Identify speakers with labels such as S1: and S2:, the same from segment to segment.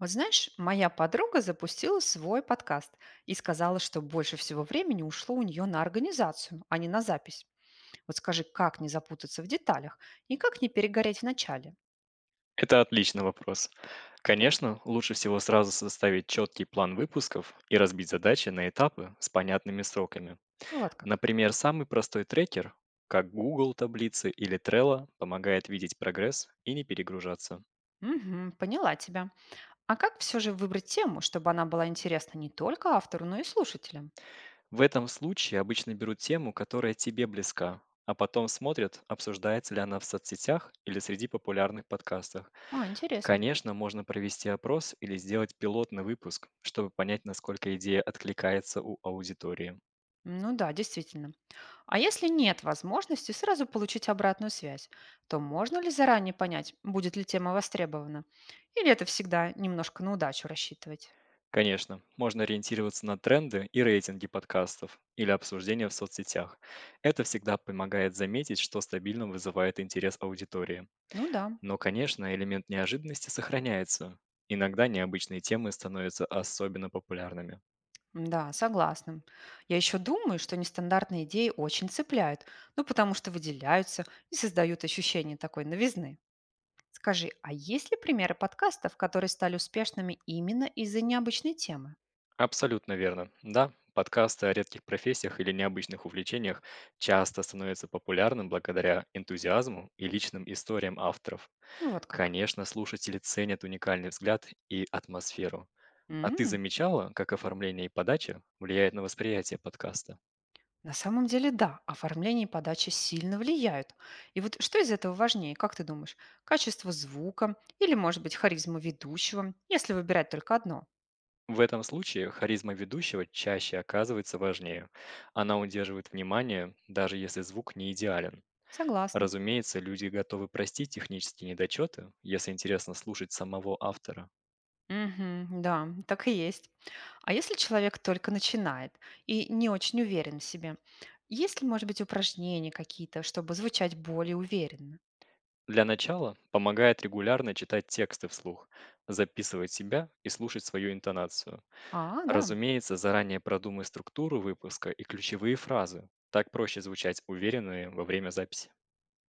S1: Вот знаешь, моя подруга запустила свой подкаст и сказала, что больше всего времени ушло у нее на организацию, а не на запись. Вот скажи, как не запутаться в деталях и как не перегореть в начале?
S2: Это отличный вопрос. Конечно, лучше всего сразу составить четкий план выпусков и разбить задачи на этапы с понятными сроками.
S1: Ну, вот как.
S2: Например, самый простой трекер, как Google таблицы или Trello, помогает видеть прогресс и не перегружаться.
S1: Мгм, поняла тебя. А как все же выбрать тему, чтобы она была интересна не только автору, но и слушателям?
S2: В этом случае обычно берут тему, которая тебе близка, а потом смотрят, обсуждается ли она в соцсетях или среди популярных подкастов.
S1: А, интересно.
S2: Конечно, можно провести опрос или сделать пилотный выпуск, чтобы понять, насколько идея откликается у аудитории.
S1: Ну да, действительно. А если нет возможности сразу получить обратную связь, то можно ли заранее понять, будет ли тема востребована? Или это всегда немножко на удачу рассчитывать?
S2: Конечно, можно ориентироваться на тренды и рейтинги подкастов или обсуждения в соцсетях. Это всегда помогает заметить, что стабильно вызывает интерес аудитории.
S1: Ну да,
S2: Но, конечно, элемент неожиданности сохраняется. Иногда необычные темы становятся особенно популярными.
S1: да, согласна. Я еще думаю, что нестандартные идеи очень цепляют, ну потому что выделяются и создают ощущение такой новизны. Скажи, а есть ли примеры подкастов, которые стали успешными именно из-за необычной темы?
S2: Абсолютно верно. Да, подкасты о редких профессиях или необычных увлечениях часто становятся популярным благодаря энтузиазму и личным историям авторов.
S1: Ну вот как.
S2: Конечно, слушатели ценят уникальный взгляд и атмосферу. А ты замечала, как оформление и подача влияет на восприятие подкаста?
S1: На самом деле, да, оформление и подача сильно влияют. И вот что из этого важнее, как ты думаешь? Качество звука или, может быть, харизма ведущего, если выбирать только одно?
S2: В этом случае харизма ведущего чаще оказывается важнее. Она удерживает внимание, даже если звук не идеален.
S1: Согласна.
S2: Разумеется, люди готовы простить технические недочеты, если интересно слушать самого автора.
S1: Мгм, да, так и есть. А если человек только начинает и не очень уверен в себе, есть ли, может быть, упражнения какие-то, чтобы звучать более уверенно?
S2: Для начала помогает регулярно читать тексты вслух, записывать себя и слушать свою интонацию.
S1: А, да.
S2: Разумеется, заранее продумай структуру выпуска и ключевые фразы. Так проще звучать уверенные во время записи.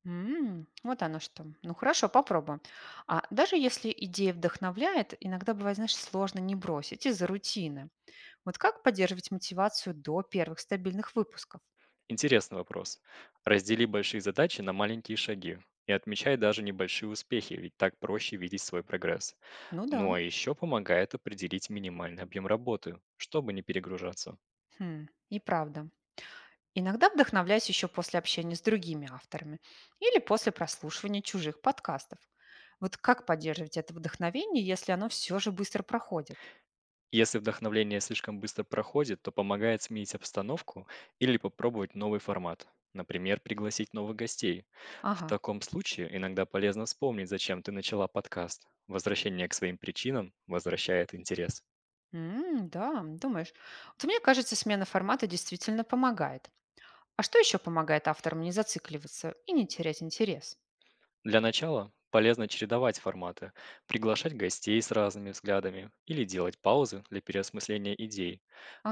S1: М, вот оно что. Ну хорошо, попробуем. А даже если идея вдохновляет, иногда бывает, знаешь, сложно не бросить из-за рутины. Вот как поддерживать мотивацию до первых стабильных выпусков?
S2: Интересный вопрос. Раздели большие задачи на маленькие шаги и отмечай даже небольшие успехи, ведь так проще видеть свой прогресс.
S1: Ну да,
S2: Ну а еще помогает определить минимальный объем работы, чтобы не перегружаться.
S1: хм, и правда. Иногда вдохновляюсь еще после общения с другими авторами или после прослушивания чужих подкастов. Вот как поддерживать это вдохновение, если оно все же быстро проходит?
S2: Если вдохновление слишком быстро проходит, то помогает сменить обстановку или попробовать новый формат. Например, пригласить новых гостей. В
S1: Ага.
S2: таком случае иногда полезно вспомнить, зачем ты начала подкаст. Возвращение к своим причинам возвращает интерес.
S1: М, да, думаешь. Вот мне кажется, смена формата действительно помогает. А что еще помогает авторам не зацикливаться и не терять интерес?
S2: Для начала полезно чередовать форматы, приглашать гостей с разными взглядами или делать паузы для переосмысления идей.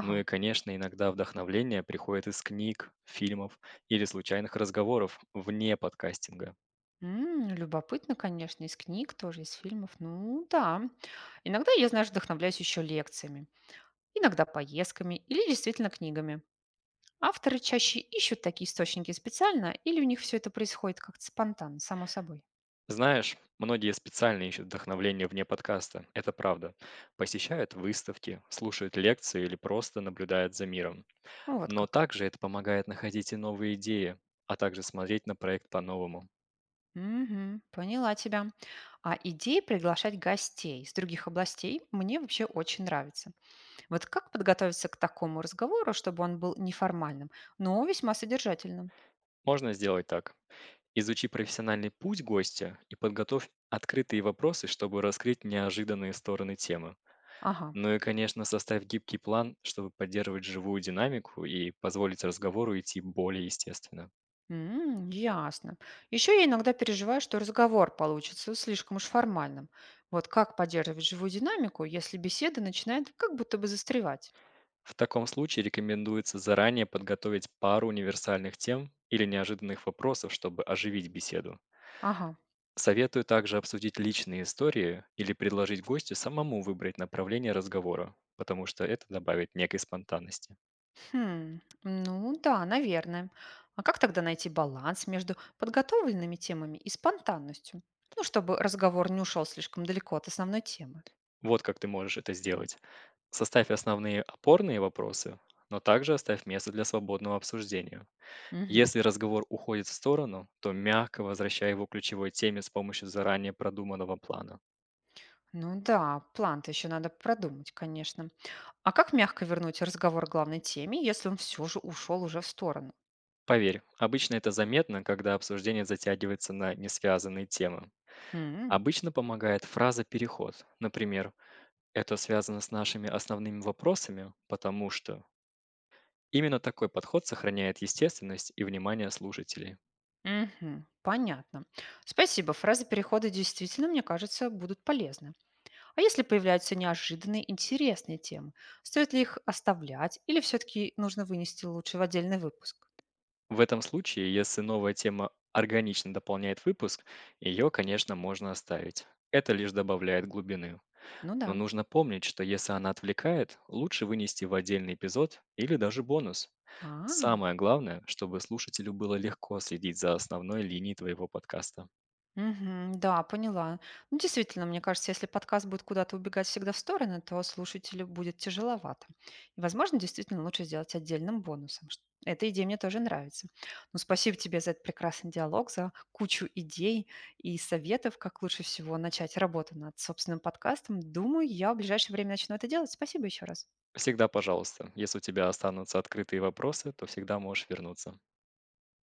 S2: Ну и, конечно, иногда вдохновление приходит из книг, фильмов или случайных разговоров вне подкастинга.
S1: М, любопытно, конечно, из книг тоже, из фильмов. Ну да. Иногда я, знаешь, вдохновляюсь еще лекциями, иногда поездками или действительно книгами. Авторы чаще ищут такие источники специально, или у них все это происходит как-то спонтанно, само собой.
S2: Знаешь, многие специально ищут вдохновление вне подкаста, это правда. Посещают выставки, слушают лекции или просто наблюдают за миром.
S1: Ну, вот
S2: Но
S1: как.
S2: также это помогает находить и новые идеи, а также смотреть на проект по-новому.
S1: Мгм, поняла тебя. А идея приглашать гостей из других областей мне вообще очень нравится. Вот как подготовиться к такому разговору, чтобы он был неформальным, но весьма содержательным?
S2: Можно сделать так. Изучи профессиональный путь гостя и подготовь открытые вопросы, чтобы раскрыть неожиданные стороны темы.
S1: Ага,
S2: Ну и, конечно, составь гибкий план, чтобы поддерживать живую динамику и позволить разговору идти более естественно.
S1: м, ясно. Еще я иногда переживаю, что разговор получится слишком уж формальным. Вот как поддерживать живую динамику, если беседа начинает как будто бы застревать?
S2: В таком случае рекомендуется заранее подготовить пару универсальных тем или неожиданных вопросов, чтобы оживить беседу.
S1: Ага,
S2: Советую также обсудить личные истории или предложить гостю самому выбрать направление разговора, потому что это добавит некой спонтанности.
S1: хм, ну да, наверное. А как тогда найти баланс между подготовленными темами и спонтанностью? Ну, чтобы разговор не ушел слишком далеко от основной темы.
S2: Вот как ты можешь это сделать. Составь основные опорные вопросы, но также оставь место для свободного обсуждения.
S1: Мгм.
S2: Если разговор уходит в сторону, то мягко возвращай его к ключевой теме с помощью заранее продуманного плана.
S1: Ну да, план-то еще надо продумать, конечно. А как мягко вернуть разговор к главной теме, если он все же ушел уже в сторону?
S2: Поверь, обычно это заметно, когда обсуждение затягивается на несвязанные темы.
S1: М,
S2: Обычно помогает фраза «переход». Например, «это связано с нашими основными вопросами, потому что…» Именно такой подход сохраняет естественность и внимание слушателей.
S1: мгм, понятно. Спасибо, фразы перехода действительно, мне кажется, будут полезны. А если появляются неожиданные интересные темы, стоит ли их оставлять или все-таки нужно вынести лучше в отдельный выпуск?
S2: В этом случае, если новая тема органично дополняет выпуск, ее, конечно, можно оставить. Это лишь добавляет глубины.
S1: Ну
S2: Но
S1: да.
S2: нужно помнить, что если она отвлекает, лучше вынести в отдельный эпизод или даже бонус.
S1: А.
S2: Самое главное, чтобы слушателю было легко следить за основной линией твоего подкаста.
S1: Мгм. Да, поняла. Ну, действительно, мне кажется, если подкаст будет куда-то убегать всегда в стороны, то слушателю будет тяжеловато. И, возможно, действительно лучше сделать отдельным бонусом. Эта идея мне тоже нравится. Ну, спасибо тебе за этот прекрасный диалог, за кучу идей и советов, как лучше всего начать работу над собственным подкастом. Думаю, я в ближайшее время начну это делать. Спасибо еще раз.
S2: Всегда, пожалуйста, если у тебя останутся открытые вопросы, то всегда можешь вернуться.